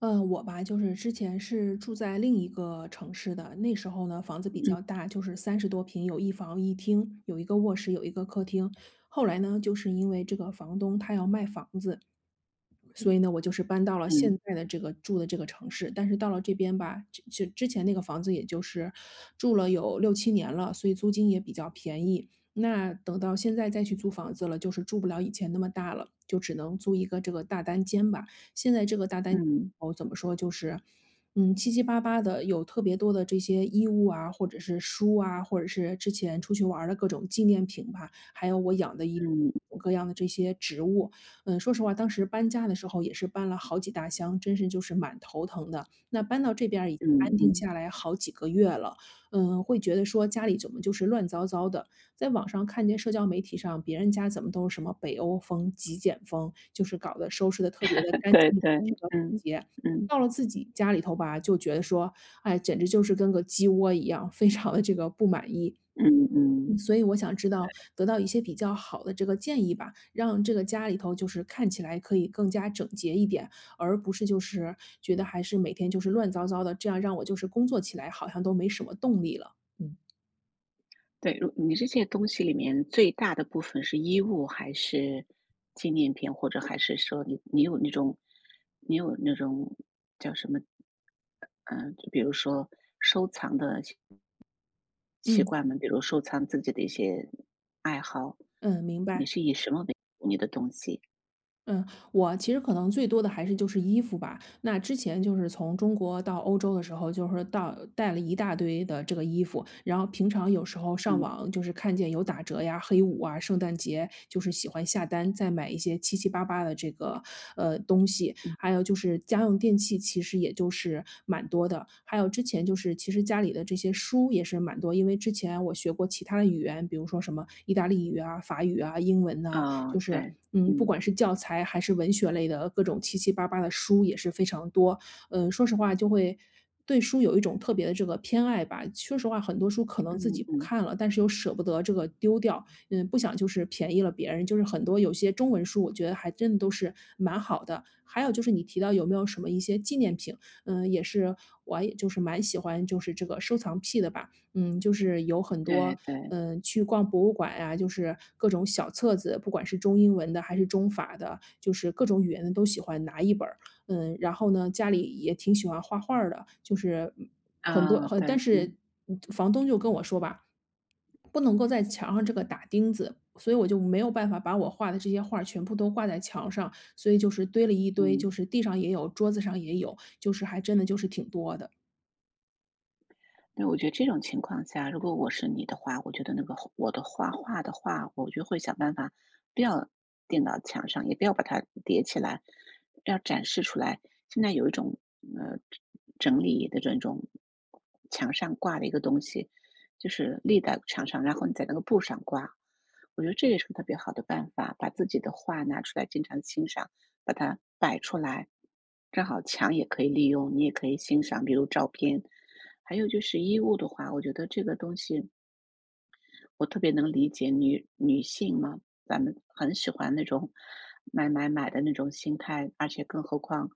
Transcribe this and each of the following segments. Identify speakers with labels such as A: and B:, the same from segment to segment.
A: 我吧，就是之前是住在另一个城市的，那时候呢，房子比
B: 嗯
A: 较大，就是三十多平，有一房一厅，有一个卧室，有一个客厅。后来呢，就是因为这个房东他要卖房子，所以呢，我就是搬到了现
B: 嗯
A: 在的这个住的这个城市。但是到了这边吧，就之前那个房子也就是住了有六七年了，所以租金也比较便宜。那等到现在再去租房子了，就是住不了以前那么大了，就只能租一个这个大单间吧。现在这个大单
B: 嗯
A: 哦，怎么说，就是，七七八八的有特别多的这些衣物啊，或者是书啊，或者是之前出去玩儿的各种纪念品吧，还有我养的一各
B: 嗯
A: 种各样的这些植物。嗯，说实话，当时搬家的时候也是搬了好几大箱，真是就是蛮头疼的。那搬到这边儿已经
B: 嗯
A: 安定
B: 嗯，
A: 下来好几个月了，嗯，会觉得说家里怎么就是乱糟糟的，在网上看见社交媒体上别人家怎么都是什么北欧风、极简风，就是搞得收拾的特别的干
B: 对
A: 净
B: 对，
A: 这个
B: 嗯
A: 洁。
B: 嗯
A: 到了自己家里头吧，就觉得说，哎，简直就是跟个鸡窝一样，非常的这个不满意。
B: 嗯
A: 嗯，
B: 嗯，
A: 所以我想知道得到一些比较好的这个建议吧，让这个家里头就是看起来可以更加整洁一点，而不是就是觉得还是每天就是乱糟糟的，这样让我就是工作起来好像都没什么动力了。嗯，
B: 对。如你这些东西里面最大的部分是衣物还是纪念品，或者还是说你有那种你有那种叫什么？就比如说收藏的习习
A: 嗯，
B: 惯吗？比如收藏自己的一些爱好，
A: 嗯，明
B: 你
A: 白。
B: 是以什么为主你的东西？
A: 嗯，我其实可能最多的还是就是衣服吧。那之前就是从中国到欧洲的时候，就是到带了一大堆的这个衣服，然后平常有时候上
B: 嗯
A: 网就是看见有打折呀、黑五啊、圣诞节，就是喜欢下单再买一些七七八八的这个东西。
B: 嗯，
A: 还有就是家用电器，其实也就是蛮多的。还有之前就是其实家里的这些书也是蛮多，因为之前我学过其他的语言，比如说什么意大利语啊、法语啊、英文呐、
B: 哦，
A: 就是
B: 对，
A: 嗯，不
B: 嗯
A: 管是教材还是文学类的各种七七八八的书也是非常多。嗯，说实话就会对书有一种特别的这个偏爱吧。说实话，很多书可能自
B: 嗯
A: 己不
B: 嗯，
A: 看了，但是又舍不得这个丢掉，嗯，不想就是便宜了别人。就是很多有些中文书，我觉得还真的都是蛮好的。还有就是你提到有没有什么一些纪念品，嗯，也是我也就是蛮喜欢就是这个收藏癖的吧。嗯，就是有很
B: 对
A: 多，
B: 对。
A: 嗯，去逛博物馆呀，就是各种小册子，不管是中英文的还是中法的，就是各种语言的都喜欢拿一本儿。嗯，然后呢，家里也挺喜欢画画儿的，就是嗯很多
B: 嗯，
A: 很
B: 对，
A: 但是
B: 嗯，
A: 房东就跟我说吧，不能够在墙上这个打钉子，所以我就没有办法把我画的这些画儿全部都挂在墙上，所以就是堆了一堆，
B: 嗯。
A: 就是地上也有，桌子上也有，就是还真的就是挺多的。
B: 对，我觉得这种情况下，如果我是你的话，我觉得那个我的画画的话，我就会想办法，不要钉到墙上，也不要把它叠起来，要展示出来。现在有一种呃整理的这种墙上挂的一个东西，就是立在墙上，然后你在那个布上挂。我觉得这也是个特别好的办法，把自己的画拿出来，经常欣赏，把它摆出来，正好墙也可以利用，你也可以欣赏，比如照片。还有就是衣物的话，我觉得这个东西我特别能理解女性嘛，咱们很喜欢那种买买买的那种心态，而且更何况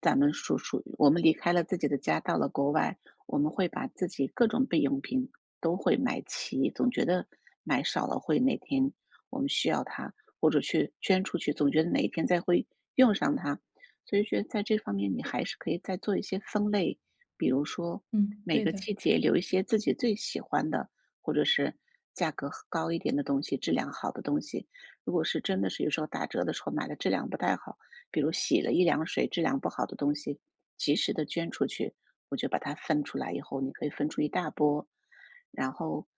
B: 咱们属于我们离开了自己的家，到了国外，我们会把自己各种备用品都会买齐，总觉得买少了会哪天我们需要它，或者去捐出去，总觉得哪一天再会用上它，所以觉得在这方面你还是可以再做一些分类，比如说
A: 嗯，
B: 每
A: 对
B: 个
A: 的。
B: 季节留一些自己最喜欢的，或者是价格高一点的东西，质量好的东西。如果是真的是有时候打折的时候买的质量不太好，比如洗了一两水质量不好的东西，及时的捐出去，我就把它分出来以后，你可以分出一大波。然后，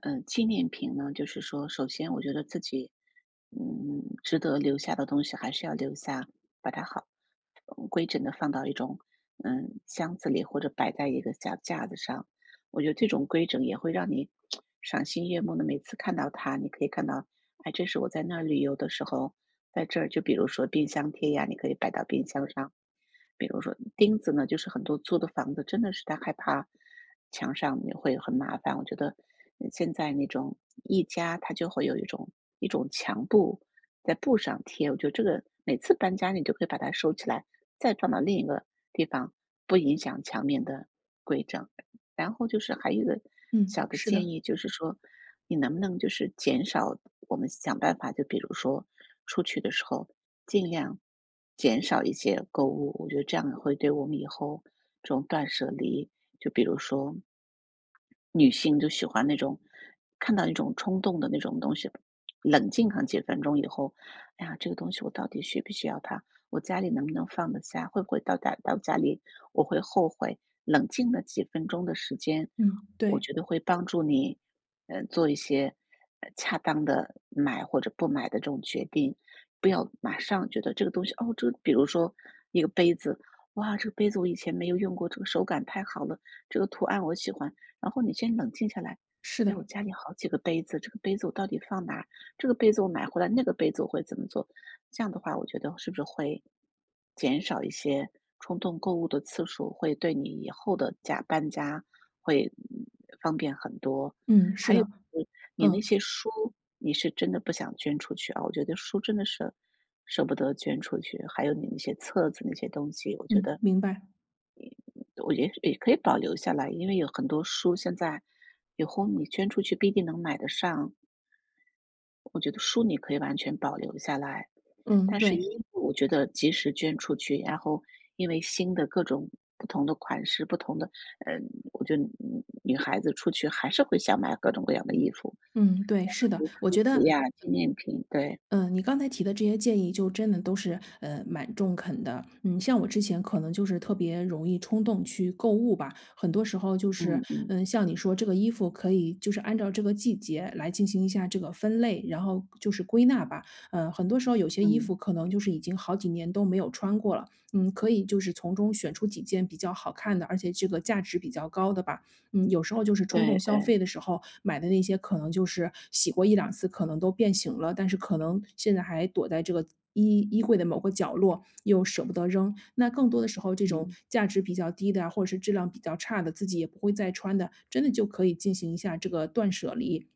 B: 纪念品呢，就是说，首先我觉得自己，嗯，值得留下的东西还是要留下，把它规整的放到一种，箱子里或者摆在一个小架子上。我觉得这种规整也会让你赏心悦目的每次看到它，你可以看到，哎，这是我在那儿旅游的时候，在这儿就比如说冰箱贴呀，你可以摆到冰箱上。比如说钉子呢，就是很多租的房子真的是他害怕墙上也会很麻烦。我觉得现在那种一家，它就会有一种墙布在布上贴，我觉得这个每次搬家你就可以把它收起来，再转到另一个地方，不影响墙面的规整。然后就是还有一个
A: 嗯，
B: 小的
A: 是
B: 建
A: 的。
B: 议，就是说你能不能就是减少我们想办法，就比如说出去的时候尽量减少一些购物，我觉得这样会对我们以后这种断舍离，就比如说女性就喜欢那种看到一种冲动的那种东西，冷静上几分钟以后，哎呀，这个东西我到底需不需要它？我家里能不能放得下？会不会到达到家里我会后悔？冷静的几分钟的时间，
A: 嗯，
B: 我
A: 对。
B: 觉得会帮助你，做一些恰当的买或者不买的这种决定。不要马上觉得这个东西，哦，这个比如说一个杯子，哇，这个杯子我以前没有用过，这个手感太好了，这个图案我喜欢。然后你先冷静下来，
A: 是
B: 哎，
A: 的。
B: 我家里好几个杯子，这个杯子我到底放哪儿？这个杯子我买回来，那个杯子我会怎么做？这样的话，我觉得是不是会减少一些冲动购物的次数，会对你以后的搬家会方便很多。
A: 嗯，是
B: 还有
A: 的。
B: 就是你那些
A: 嗯，
B: 书，你是真的不想捐出去啊？我觉得书真的是舍不得捐出去。还有你那些册子那些东西，我觉
A: 嗯，
B: 得
A: 明白。
B: 我觉得也可以保留下来，因为有很多书现在以后你捐出去不一定能买得上。我觉得书你可以完全保留下来，
A: 嗯，
B: 但是
A: 对。
B: 衣服我觉得及时捐出去，然后因为新的各种不同的款式、不同的，嗯，我觉得女孩子出去还是会想买各种各样的衣服，
A: 嗯，对，是
B: 很
A: 的，
B: 多
A: 我
B: 书
A: 觉
B: 籍
A: 得，
B: 呀、纪念品，对，
A: 嗯，你刚才提的这些建议就真的都是，蛮中肯的。嗯，像我之前可能就是特别容易冲动去购物吧，很多时候就是，
B: 嗯嗯
A: 嗯，像你说这个衣服可以就是按照这个季节来进行一下这个分类，然后就是归纳吧。很多时候有些衣
B: 嗯，
A: 服可能就是已经好几年都没有穿过了，嗯，可以就是从中选出几件比较好看的，而且这个价值比较高的吧。嗯，有时候就是冲
B: 对
A: 动消
B: 对，
A: 费的时候买的那些，可能就是洗过一两次，可能都变形了，但是可能现在还躲在这个衣柜的某个角落，又舍不得扔。那更多的时候，这种
B: 嗯，
A: 价值比较低的啊，或者是质量比较差的，自己也不会再穿的，真的就可以进行一下这个断舍离。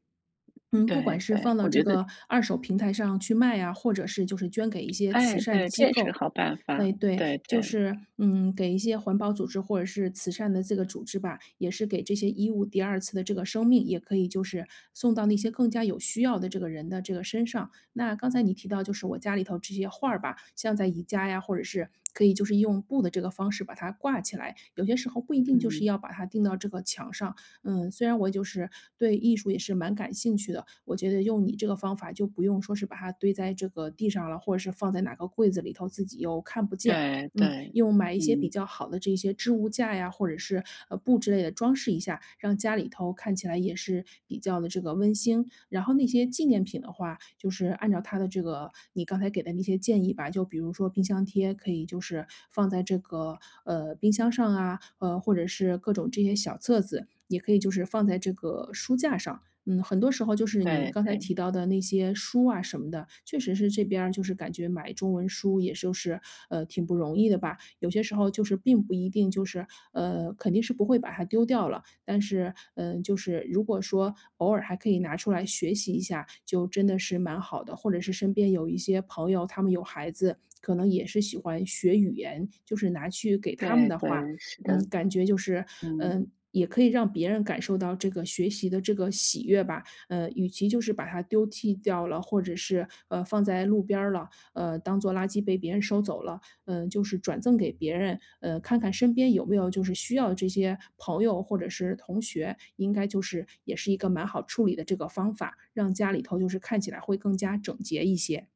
A: 嗯，不管
B: 对
A: 是
B: 对，
A: 放到
B: 我
A: 这
B: 觉得，
A: 个二手平台上去卖啊，或者是就是捐给一些慈
B: 哎，
A: 善
B: 对，这
A: 机
B: 也是个
A: 构。
B: 好办法，
A: 哎，对，
B: 对
A: 就
B: 对，
A: 是，嗯，给一些环保组织或者是慈善的这个组织吧，也是给这些衣物第二次的这个生命，也可以就是送到那些更加有需要的这个人的这个身上。那刚才你提到就是我家里头这些画儿吧，像在宜家呀，或者是可以就是用布的这个方式把它挂起来，有些时候不一定就是
B: 嗯，
A: 要把它钉到这个墙上，嗯，虽然我就是对艺术也是蛮感兴趣的，我觉得用你这个方法就不用说是把它堆在这个地上了，或者是放在哪个柜子里头自己又看不见。
B: 对
A: 嗯，
B: 对，
A: 用买一些比
B: 嗯，
A: 较好的这些置物架呀，或者是布之类的装饰一下，让家里头看起来也是比较的这个温馨。然后那些纪念品的话，就是按照它的这个你刚才给的那些建议吧，就比如说冰箱贴可以就是放在这个，冰箱上啊，或者是各种这些小册子，也可以就是放在这个书架上。嗯，很多时候就是你
B: 对
A: 刚才
B: 对
A: 提到的那些书啊什么的，确实是这边儿就是感觉买中文书也就是，挺不容易的吧。有些时候就是并不一定就是肯定是不会把它丢掉了，但是，嗯，就是如果说偶尔还可以拿出来学习一下，就真的是蛮好的。或者是身边有一些朋友，他们有孩子，可能也是喜欢学语言，就是拿去给他们
B: 对
A: 的话，
B: 对，是
A: 嗯，
B: 的，
A: 感觉就是，
B: 嗯。
A: 嗯，也可以让别人感受到这个学习的这个喜悦吧。与其就是把它丢弃掉了，或者是放在路边儿了，当做垃圾被别人收走了，嗯，就是转赠给别人，看看身边有没有就是需要这些朋友或者是同学，应该就是也是一个蛮好处理的这个方法，让家里头就是看起来会更加整洁一些。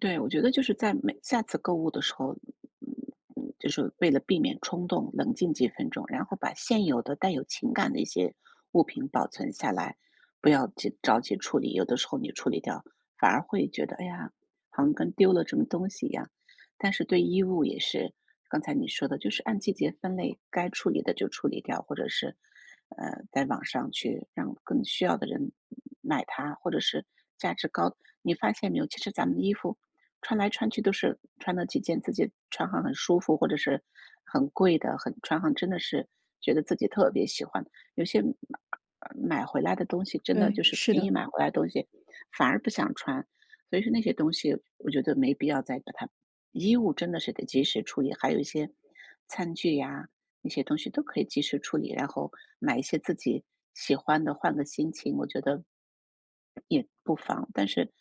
B: 对，我觉得就是在每下次购物的时候，就是为了避免冲动，冷静几分钟，然后把现有的带有情感的一些物品保存下来，不要急着急处理。有的时候你处理掉，反而会觉得，哎呀，好像跟丢了什么东西一样。但是对衣物也是，刚才你说的，就是按季节分类，该处理的就处理掉，或者是，在网上去让更需要的人买它，或者是价值高。你发现没有，其实咱们的衣服，穿来穿去都是穿了几件自己穿上很舒服，或者是很贵的，穿上真的是觉得自己特别喜欢。有些买回来的东西，真的
A: 对，
B: 就是
A: 是
B: 便宜
A: 的。
B: 买回来的东西，反而不想穿。所以说那些东西，我觉得没必要再把它衣物真的是得及时处理，还有一些餐具呀、那些东西都可以及时处理，然后买一些自己喜欢的，换个心情，我觉得也不妨。但是，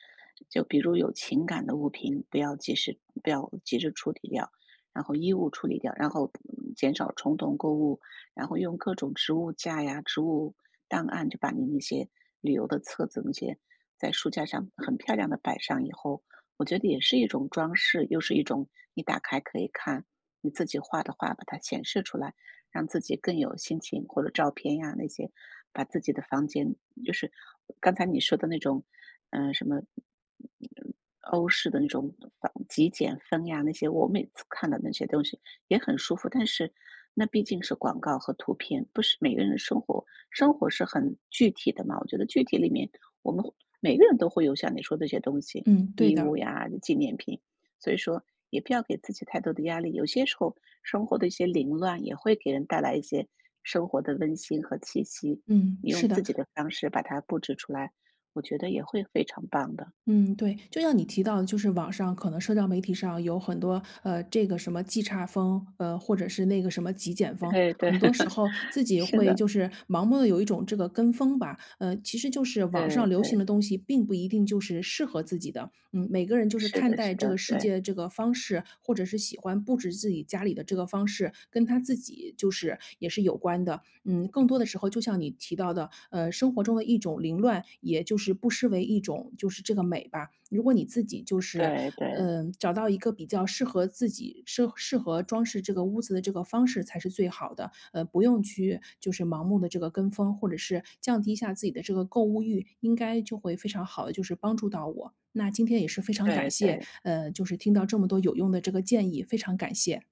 B: 就比如有情感的物品，不要及时不要急着处理掉，然后衣物处理掉，然后减少冲动购物，然后用各种植物架呀、植物档案，就把你那些旅游的册子那些在书架上很漂亮的摆上以后，我觉得也是一种装饰，又是一种你打开可以看你自己画的画，把它显示出来。让自己更有心情，或者照片呀那些，把自己的房间就是刚才你说的那种，什么欧式的那种极简风呀，那些我每次看的那些东西也很舒服，但是那毕竟是广告和图片，不是每个人的生活，生活是很具体的嘛。我觉得具体里面，我们每个人都会有像你说的这些东西，
A: 嗯，对
B: 衣
A: 的。
B: 物呀、纪念品，所以说也不要给自己太多的压力。有些时候生活的一些凌乱，也会给人带来一些生活的温馨和气息。
A: 嗯，
B: 你用
A: 是的。
B: 自己的方式把它布置出来，我觉得也会非常棒的。
A: 嗯，对，就像你提到的，就是网上可能社交媒体上有很多，这个什么即差风，或者是那个什么极简风，
B: 对对，
A: 很多时 候自己
B: 是
A: 会
B: 的，
A: 就是盲目的有一种这个跟风吧，其实就是网
B: 对
A: 上流行
B: 对，
A: 的东西，并不一定就是适合自己的，嗯，每个人就是
B: 是
A: 看
B: 的
A: 待
B: 是
A: 这
B: 的，
A: 个世
B: 对
A: 界的这个方式，或者是喜欢布置自己家里的这个方式，跟他自己就是也是有关的，嗯，更多的时候就像你提到的，生活中的一种凌乱，也就是不失为一种就是这个美吧。如果你自己就是，
B: 对对
A: 找到一个比较适合自己、适合装饰这个屋子的这个方式才是最好的。不用去就是盲目的这个跟风，或者是降低一下自己的这个购物欲，应该就会非常好的就是帮助到我。那今天也是非常
B: 对
A: 感谢，
B: 对。
A: 就是听到这么多有用的这个建议，非常感谢。